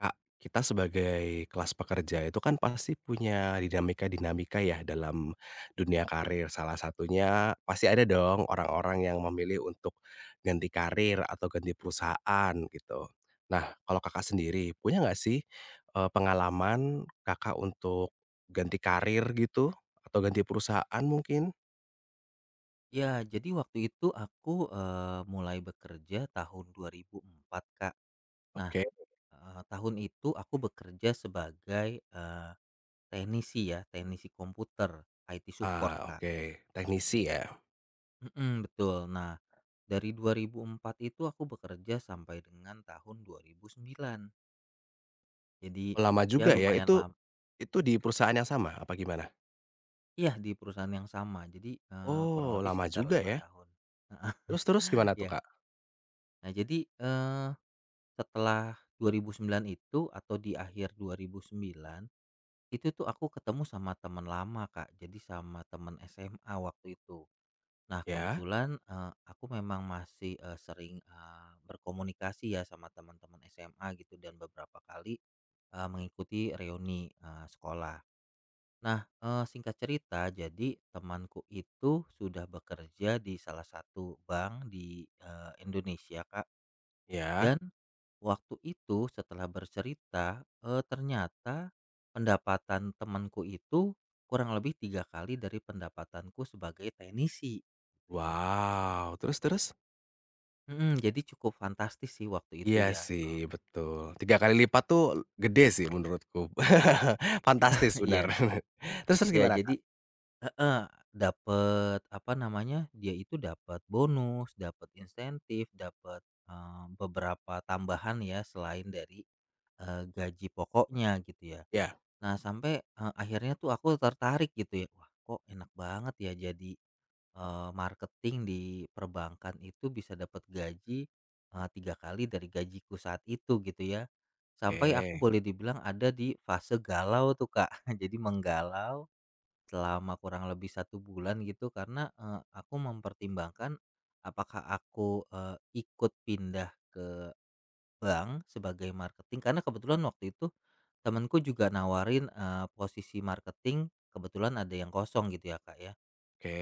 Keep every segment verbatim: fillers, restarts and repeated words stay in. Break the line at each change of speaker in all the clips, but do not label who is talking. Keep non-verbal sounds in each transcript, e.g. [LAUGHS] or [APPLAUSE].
Kak, kita sebagai kelas pekerja itu kan pasti punya dinamika-dinamika ya dalam dunia karir. Salah satunya pasti ada dong orang-orang yang memilih untuk ganti karir atau ganti perusahaan gitu. Nah, kalau Kakak sendiri punya nggak sih, eee, pengalaman Kakak untuk ganti karir gitu atau ganti perusahaan mungkin?
Ya, jadi waktu itu aku, eee, mulai bekerja tahun dua ribu empat, Kak. Nah,
Oke,
eee, tahun itu aku bekerja sebagai, eee, teknisi ya, teknisi komputer, I T support,
ah,
Kak.
oke, teknisi ya?
Mhm, betul. Nah, dari dua ribu empat itu aku bekerja sampai dengan tahun dua ribu sembilan. Jadi,
Oh, lama
ya
juga ya?
lumayan
Itu
lama.
itu di perusahaan yang sama apa gimana?
Iya, di perusahaan yang sama. Jadi, eee, kurang
Oh,
lebih
lama
sekitar
juga
lima
ya?
tahun.
Terus terus gimana
[LAUGHS]
tuh,
Ya.
Kak?
Nah, jadi, eee setelah dua ribu sembilan itu atau di akhir dua ribu sembilan, itu tuh aku ketemu sama teman lama, Kak. Jadi sama teman S M A waktu itu. Nah,
Ya
kebetulan, eee, aku memang masih, eee, sering, eee, berkomunikasi ya sama teman-teman S M A gitu dan beberapa kali, eee, mengikuti reuni, eee, sekolah. Nah, eee, singkat cerita jadi temanku itu sudah bekerja di salah satu bank di, eee, Indonesia, Kak.
ya.
Dan waktu itu setelah bercerita, eee, ternyata pendapatan temanku itu kurang lebih tiga kali dari pendapatanku sebagai teknisi, gitu ya.
Wow, terus terus?
Mhm, jadi cukup fantastis sih waktu itu
Iya
ya,
sih,
eee,
betul. Tiga kali lipat tuh gede sih menurutku. [LAUGHS] Fantastis
[LAUGHS]
benar. [LAUGHS]
Iya,
Terus terus
iya
gimana,
jadi
Kak?
heeh, dapet apa namanya, dia itu dapat bonus, dapat insentif, dapat eee, beberapa tambahan ya selain dari, eee, gaji pokoknya gitu ya.
Ya,
Nah, sampai, eee, akhirnya tuh aku tertarik gitu ya, "Wah, kok enak banget ya jadi, eee, marketing di perbankan itu bisa dapat gaji, eee, tiga kali dari gajiku saat itu," gitu ya. Sampai aku
oke
boleh dibilang ada di fase galau tuh, Kak. [LAUGHS] Jadi menggalau selama kurang lebih satu bulan gitu karena, eee, aku mempertimbangkan apakah aku, eee, ikut pindah bank sebagai marketing karena kebetulan waktu itu temanku juga nawarin, eee, posisi marketing kebetulan ada yang kosong gitu ya, Kak, ya.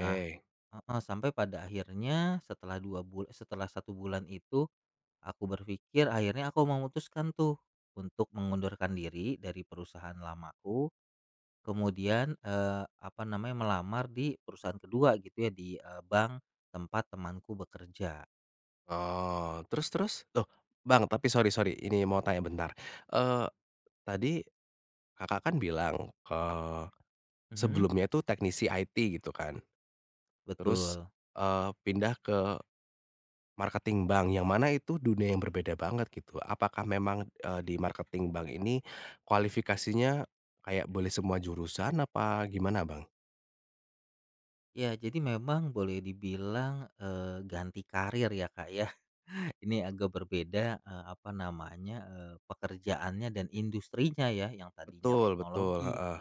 Nah heeh, sampai pada akhirnya setelah dua bul setelah satu bulan itu aku berpikir akhirnya aku memutuskan tuh untuk mengundurkan diri dari perusahaan lamaku, kemudian, eee, apa namanya, melamar di perusahaan kedua gitu ya di, eee, bank tempat temanku bekerja.
Oh, terus terus? Loh, Bang, tapi sorry sorry, ini mau tanya bentar. Eee, tadi Kakak kan bilang, eee,
Mhm,
sebelumnya itu teknisi I T gitu kan, terus,
betul.
eee, pindah ke Marketing bank, yang mana itu dunia yang berbeda banget gitu. Apakah memang, eee, di marketing bank ini kualifikasinya kayak boleh semua jurusan apa gimana, Bang?
Ya, jadi memang boleh dibilang, eee, ganti karir ya, Kak, ya. [LAUGHS] Ini agak berbeda, eee, apa namanya, eee, pekerjaannya dan industrinya ya, yang tadinya
Betul betul,
teknologi,
heeh,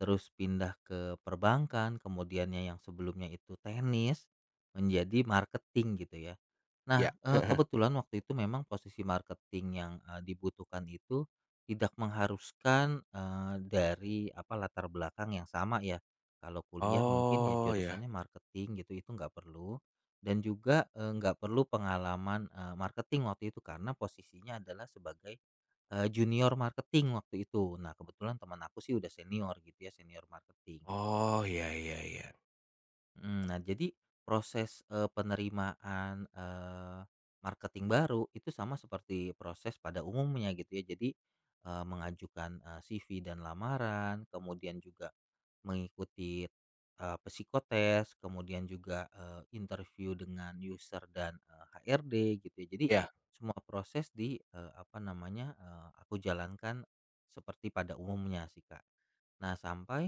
terus pindah ke perbankan, kemudiannya yang sebelumnya itu tenis, menjadi marketing gitu ya. Nah,
iya.
eee, kebetulan waktu itu memang posisi marketing yang, eee, dibutuhkan itu tidak mengharuskan, eee, dari apa, latar belakang yang sama ya. Kalau kuliah mungkin ya
Oh, ya.
jurusannya marketing gitu, itu nggak perlu dan juga, eee, nggak perlu pengalaman, eee, marketing waktu itu karena posisinya adalah sebagai Eee, junior marketing waktu itu. Nah kebetulan teman aku sih udah senior gitu ya, senior marketing.
Oh, ya ya ya.
Mhm, nah jadi proses, eee, penerimaan, eee, marketing baru itu sama seperti proses pada umumnya gitu ya. Jadi, eee, mengajukan, eee, C V dan lamaran, kemudian juga mengikuti, eee, psikotes, kemudian juga, eee, interview dengan user dan, eee, H R D gitu ya. Jadi
Ya.
semua proses di, eee, apa namanya, eee, aku jalankan seperti pada umumnya sih, Kak. Nah sampai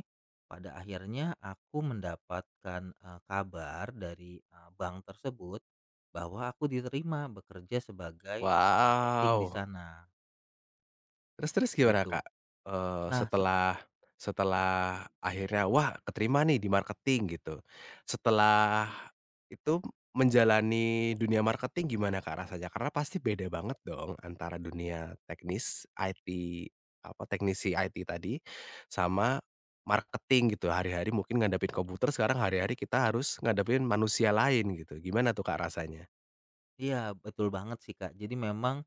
pada akhirnya aku mendapatkan, eee, kabar dari, eee, bank tersebut bahwa aku diterima bekerja sebagai, eee, marketing di
Wow.
sana,
Terus terus gimana, Kak?
gitu.
Eee,
Nah set
setelah setelah akhirnya, wah keterima nih di marketing gitu. Setelah itu menjalani dunia marketing gimana, Kak, rasanya? Karena pasti beda banget dong antara dunia teknis I T, apa, teknisi I T tadi sama marketing gitu. Hari-hari mungkin ngadepin komputer, sekarang hari-hari kita harus ngadepin manusia lain gitu. Gimana tuh, Kak, rasanya?
Iya, betul banget sih, Kak. Jadi memang,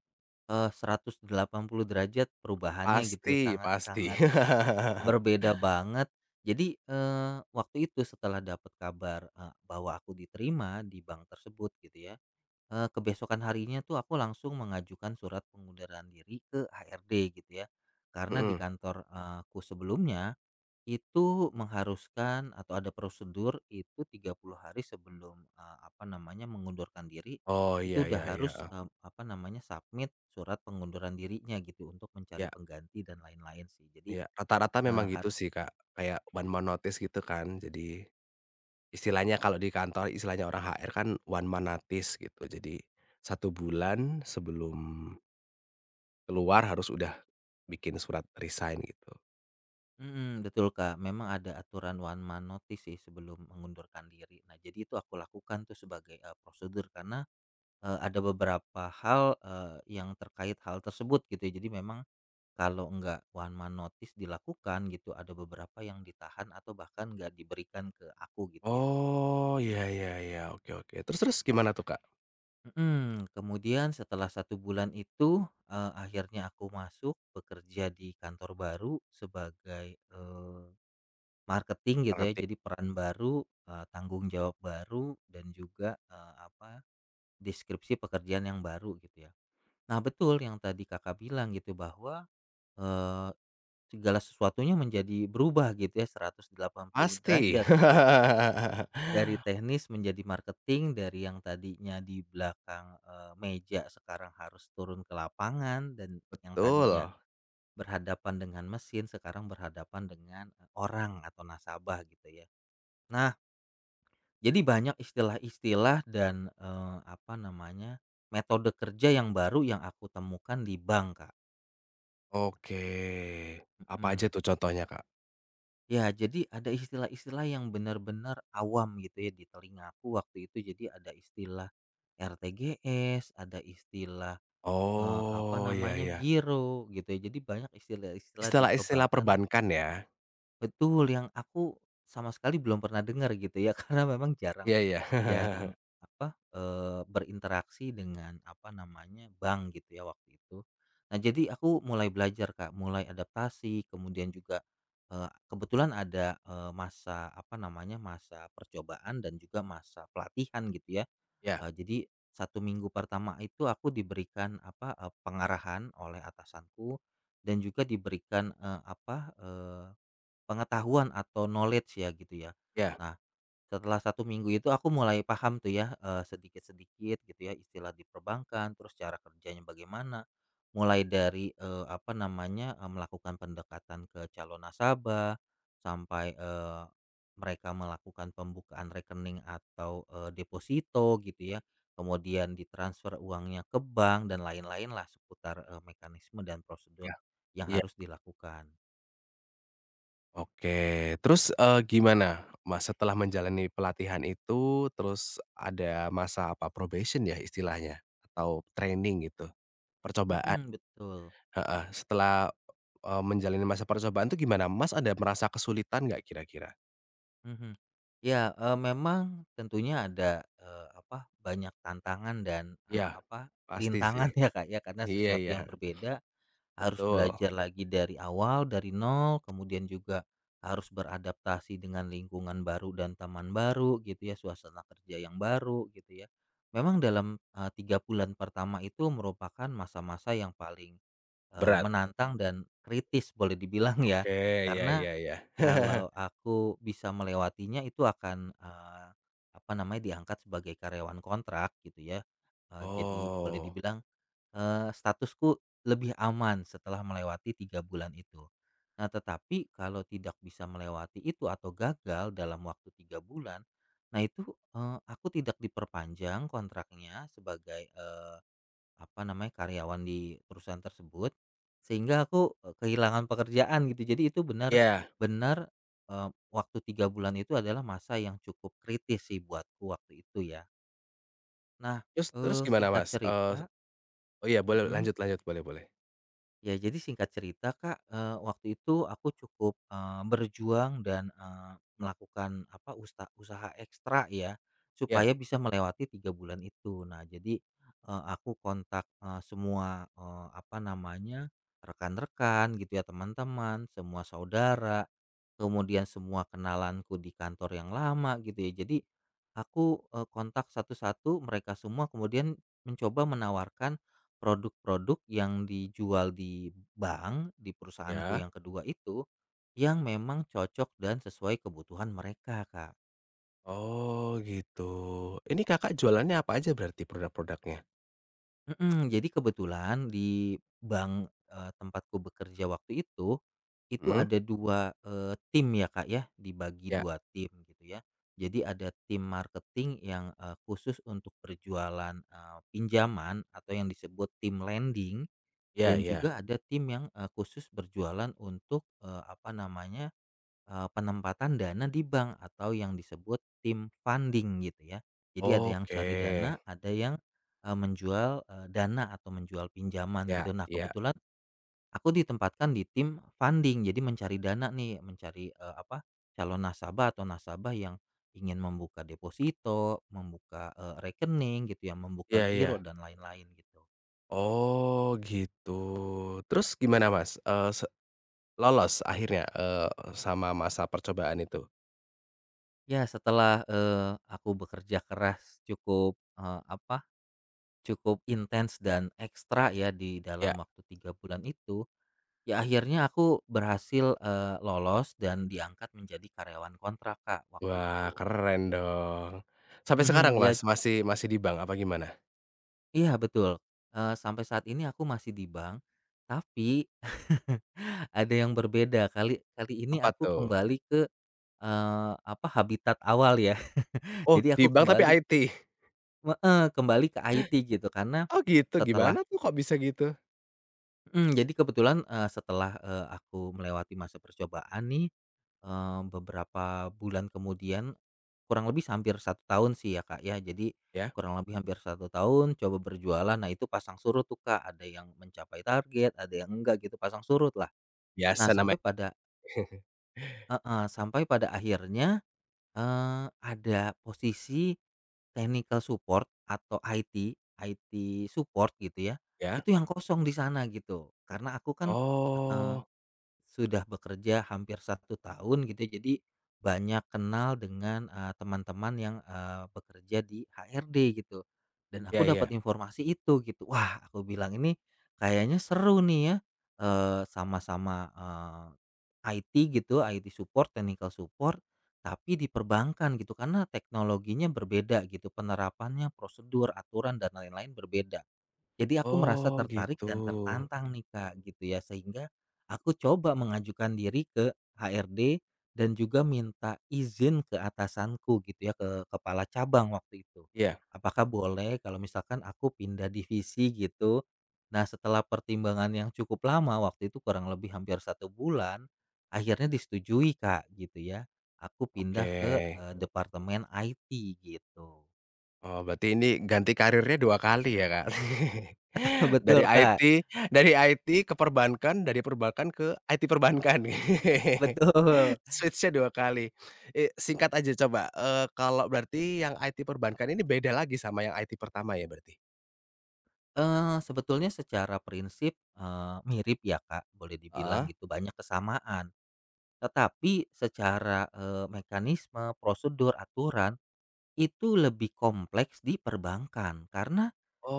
eee, seratus delapan puluh derajat perubahannya gitu ya,
Pasti pasti.
sangat-sangat
[LAUGHS]
berbeda banget. Jadi, eee, waktu itu setelah dapat kabar, eee, bahwa aku diterima di bank tersebut gitu ya. Eee, kebesokan harinya tuh aku langsung mengajukan surat pengunduran diri ke H R D gitu ya. Karena di
Mhm.
kantor, eee, sebelumnya, itu mengharuskan atau ada prosedur itu tiga puluh hari sebelum, eee, apa namanya, mengundurkan diri,
Oh,
itu
iya
udah
iya iya,
harus,
heeh,
eee, apa namanya, submit surat pengunduran dirinya gitu untuk mencari
iya.
pengganti dan lain-lain sih. Jadi,
Iya, rata-rata
eee,
memang gitu sih,
harus
Kak, kayak one man notice gitu kan. Jadi istilahnya kalau di kantor istilahnya orang H R kan one man notice gitu. Jadi satu bulan sebelum keluar harus udah bikin surat resign gitu.
Mhm, betul Kak, memang ada aturan one man notice sih sebelum mengundurkan diri. Nah jadi itu aku lakukan tuh sebagai, eee, prosedur karena Eee, ada beberapa hal, eee, yang terkait hal tersebut gitu ya. Jadi memang kalau enggak one man notice dilakukan gitu, ada beberapa yang ditahan atau bahkan nggak diberikan ke aku gitu ya.
Oh, iya iya iya, oke oke. Terus terus gimana tuh, Kak?
Mhm, kemudian setelah satu bulan itu, eee, akhirnya aku masuk bekerja di kantor baru sebagai, eee, marketing gitu ya.
Mengerti,
Jadi peran baru, eee, tanggung jawab baru dan juga, eee, apa, deskripsi pekerjaan yang baru gitu ya. Nah betul yang tadi Kakak bilang gitu bahwa Eee, segala sesuatunya menjadi berubah gitu ya seratus delapan puluh
pasti. [LAUGHS]
derajat, dari teknis menjadi marketing, dari yang tadinya di belakang, eee, meja sekarang harus turun ke lapangan, dan yang
Betul.
tadinya berhadapan dengan mesin sekarang berhadapan dengan, eee, orang atau nasabah gitu ya. Nah, jadi banyak istilah-istilah dan, eee, apa namanya, metode kerja yang baru yang aku temukan di bank, Kak,
Oke. Apa aja
mhm.
tuh contohnya, Kak?
Ya, jadi ada istilah-istilah yang benar-benar awam gitu ya di telingaku waktu itu. Jadi ada istilah R T G S, ada istilah, eee, apa
Oh, iya
namanya,
iya.
giro gitu ya. Jadi banyak istilah-istilah di
Istilah-istilah
perbankan.
perbankan ya.
Betul, yang aku sama sekali belum pernah dengar gitu ya, [LAUGHS] karena memang jarang.
Iya iya.
Mhm. Jarang
[LAUGHS]
apa, eee, berinteraksi dengan, apa namanya, bank gitu ya waktu itu. Nah, jadi aku mulai belajar, Kak, mulai adaptasi, kemudian juga, eee, kebetulan ada, eee, masa, apa namanya, masa percobaan dan juga masa pelatihan gitu ya.
Iya
Eee, jadi satu minggu pertama itu aku diberikan apa, eee, pengarahan oleh atasanku dan juga diberikan, eee, apa, eee pengetahuan atau knowledge ya gitu ya.
iya
Nah setelah satu minggu itu aku mulai paham tuh ya, eee, sedikit-sedikit gitu ya istilah di perbankan, terus cara kerjanya bagaimana, mulai dari, eee, apa namanya, eee, melakukan pendekatan ke calon nasabah, sampai, eee, mereka melakukan pembukaan rekening atau, eee, deposito gitu ya, kemudian ditransfer uangnya ke bank dan lain-lain lah seputar, eee, mekanisme dan prosedur
iya
yang
iya,
harus dilakukan.
oke. Terus, eee, gimana, Mas, setelah menjalani pelatihan itu, terus ada masa apa, probation ya istilahnya? Atau training gitu, percobaan?
Mhm, betul.
Heeh, setelah, eee, menjalani masa percobaan tuh gimana? Mas, ada merasa kesulitan nggak kira-kira?
Mhm. Ya, eee, memang tentunya ada, eee, apa, banyak tantangan dan,
Iya,
eee, apa,
pasti sih.
rintangan [LAUGHS] ya, Kak, ya, karena
Iya
sesuatu
iya,
yang berbeda, harus
betul,
belajar lagi dari awal, dari nol, kemudian juga harus beradaptasi dengan lingkungan baru dan taman baru gitu ya, suasana kerja yang baru gitu ya. Memang dalam, eee, tiga bulan pertama itu merupakan masa-masa yang paling, eee,
berat.
menantang dan kritis boleh dibilang ya,
Oke, iya
karena,
iya iya. [LAUGHS]
kalau aku bisa melewatinya itu akan, eee, apa namanya, diangkat sebagai karyawan kontrak gitu ya, eee, jadi boleh
Oh,
dibilang, eee, statusku lebih aman setelah melewati tiga bulan itu. Nah tetapi kalau tidak bisa melewati itu atau gagal dalam waktu tiga bulan, nah itu, eee, aku tidak diperpanjang kontraknya sebagai, eh, apa namanya, karyawan di perusahaan tersebut, sehingga aku, eee, kehilangan pekerjaan gitu. Jadi itu
iya,
benar-benar, eee, waktu tiga bulan itu adalah masa yang cukup kritis sih buatku waktu itu ya. Nah,
terus terus
eee,
gimana,
singkat
Mas? Eee,
cerita
oh iya boleh
Mhm.
lanjut lanjut, boleh boleh.
Ya, jadi singkat cerita, Kak, eee, waktu itu aku cukup, eee, berjuang dan, eee, melakukan apa, usta usaha ekstra ya,
Iya,
supaya bisa melewati tiga bulan itu. Nah, jadi, eee, aku kontak, eee, semua, eee, apa namanya, rekan-rekan gitu ya, teman-teman, semua saudara, kemudian semua kenalanku di kantor yang lama gitu ya. Jadi aku, eee, kontak satu-satu mereka semua, kemudian mencoba menawarkan produk-produk yang dijual di bank, di perusahaanku
iya?
yang kedua itu, yang memang cocok dan sesuai kebutuhan mereka, Kak.
Oh gitu. Ini Kakak jualannya apa aja berarti produk-produknya?
Mhm, jadi kebetulan di bank, eee, tempatku bekerja waktu itu, itu
Mhm.
ada dua eee, tim ya, Kak, ya, dibagi
Ya
dua tim gitu ya. Jadi ada tim marketing yang, eee, khusus untuk berjualan, eee, pinjaman atau yang disebut tim lending
ya
dan
ya.
juga ada tim yang, eee, khusus berjualan untuk, eee, apa namanya Eee, penempatan dana di bank atau yang disebut tim funding gitu ya. Jadi ada yang
Oke.
cari dana, ada yang, eee, menjual, eee, dana atau menjual pinjaman gitu.
Ya
Nah
ya.
kebetulan aku ditempatkan di tim funding, jadi mencari dana nih, mencari, eee, apa, calon nasabah atau nasabah yang ingin membuka deposito, membuka, eee, rekening gitu ya, membuka
Ya,
giro
ya.
dan lain-lain gitu.
Oh gitu. Terus gimana Mas, eee, se lolos akhirnya, eee, sama masa percobaan itu?
Ya setelah, eee, aku bekerja keras cukup, eee, apa cukup intens dan ekstra ya di dalam
Ya.
waktu tiga bulan itu, ya akhirnya aku berhasil, eee, lolos dan diangkat menjadi karyawan kontrak, Kak, waktu
Wah
itu.
keren dong. Sampai sekarang
Mhm, ya,
Mas, masih masih di bank apa gimana?
iya betul, eee, sampai saat ini aku masih di bank, tapi [LAUGHS] ada yang berbeda kali kali ini
Apa
aku
tuh?
kembali ke, eee, apa, habitat awal ya. [LAUGHS]
Oh
Jadi
di
aku
bank tapi
kembali
I T?
heeh, kembali ke I T gitu karena
Oh gitu, gimana
setelah
tuh kok bisa gitu?
mhm, jadi kebetulan, eee, setelah, eee, aku melewati masa percobaan nih, eee, beberapa bulan kemudian, kurang lebih hampir satu tahun sih ya, Kak, ya. Jadi
Ya,
kurang lebih hampir satu tahun coba berjualan, nah itu pasang surut tuh, Kak, ada yang mencapai target, ada yang enggak gitu, pasang surut lah.
biasa
Nah sampai
namanya.
pada
[LAUGHS]
heeh, sampai pada akhirnya, eee, ada posisi technical support atau IT, I T support gitu ya,
Ya?
itu yang kosong di sana gitu. Karena aku kan eh,
Oh.
sudah bekerja hampir satu tahun gitu ya, jadi banyak kenal dengan, eee, teman-teman yang, eee, bekerja di H R D gitu, dan
Iya
aku dapat
iya.
informasi itu gitu. Wah, aku bilang ini kayaknya seru nih ya, eee, sama-sama, eee, I T gitu, I T support, technical support, tapi di perbankan gitu, karena teknologinya berbeda gitu, penerapannya, prosedur, aturan, dan lain-lain berbeda. Jadi aku merasa
Oh
tertarik
gitu.
dan tertantang nih Kak, gitu ya. Sehingga aku coba mengajukan diri ke H R D dan juga minta izin ke atasanku gitu ya, ke kepala cabang waktu itu.
Iya,
Apakah boleh kalau misalkan aku pindah divisi gitu. Nah setelah pertimbangan yang cukup lama waktu itu kurang lebih hampir satu bulan, akhirnya disetujui Kak gitu ya. Aku
oke.
pindah ke eh, departemen I T gitu.
Oh berarti ini ganti karirnya dua kali ya, Kak?
[LAUGHS]
[LAUGHS]
Betul
Dari
Kak,
IT dari I T ke perbankan, dari perbankan ke I T perbankan.
betul.
[LAUGHS] Switch-nya dua kali. Eee, singkat aja coba, eee, kalau berarti yang I T perbankan ini beda lagi sama yang I T pertama ya berarti?
Eee, sebetulnya secara prinsip, eee, mirip ya Kak, boleh dibilang
Heeh.
gitu, banyak kesamaan. Tetapi secara, eee, mekanisme, prosedur, aturan, itu lebih kompleks di perbankan. Karena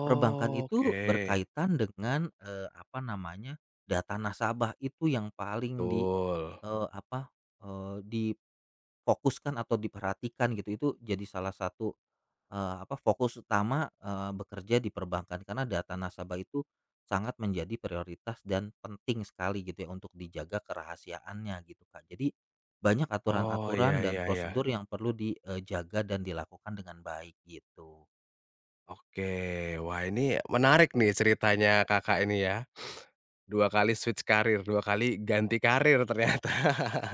perbankan itu berkaitan dengan, eee, apa namanya, data nasabah itu yang paling di,
betul.
eee, apa, eee, di fokuskan atau diperhatikan gitu, itu jadi salah satu, eee, apa, fokus utama, eee, bekerja di perbankan karena data nasabah itu sangat menjadi prioritas dan penting sekali gitu ya untuk dijaga kerahasiaannya gitu, Kak. Jadi banyak
Oh, iya
aturan-aturan dan
iya iya.
prosedur yang perlu dijaga dan dilakukan dengan baik gitu.
Oke, wah ini menarik nih ceritanya Kakak ini ya. Dua kali switch karir, dua kali ganti karir ternyata.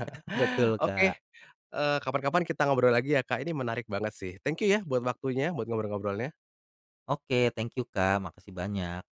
[LAUGHS] Betul,
Oke,
Kak.
eee, kapan-kapan kita ngobrol lagi ya Kak, ini menarik banget sih. Thank you ya buat waktunya, buat ngobrol-ngobrolnya.
Oke, thank you, Kak, makasih banyak.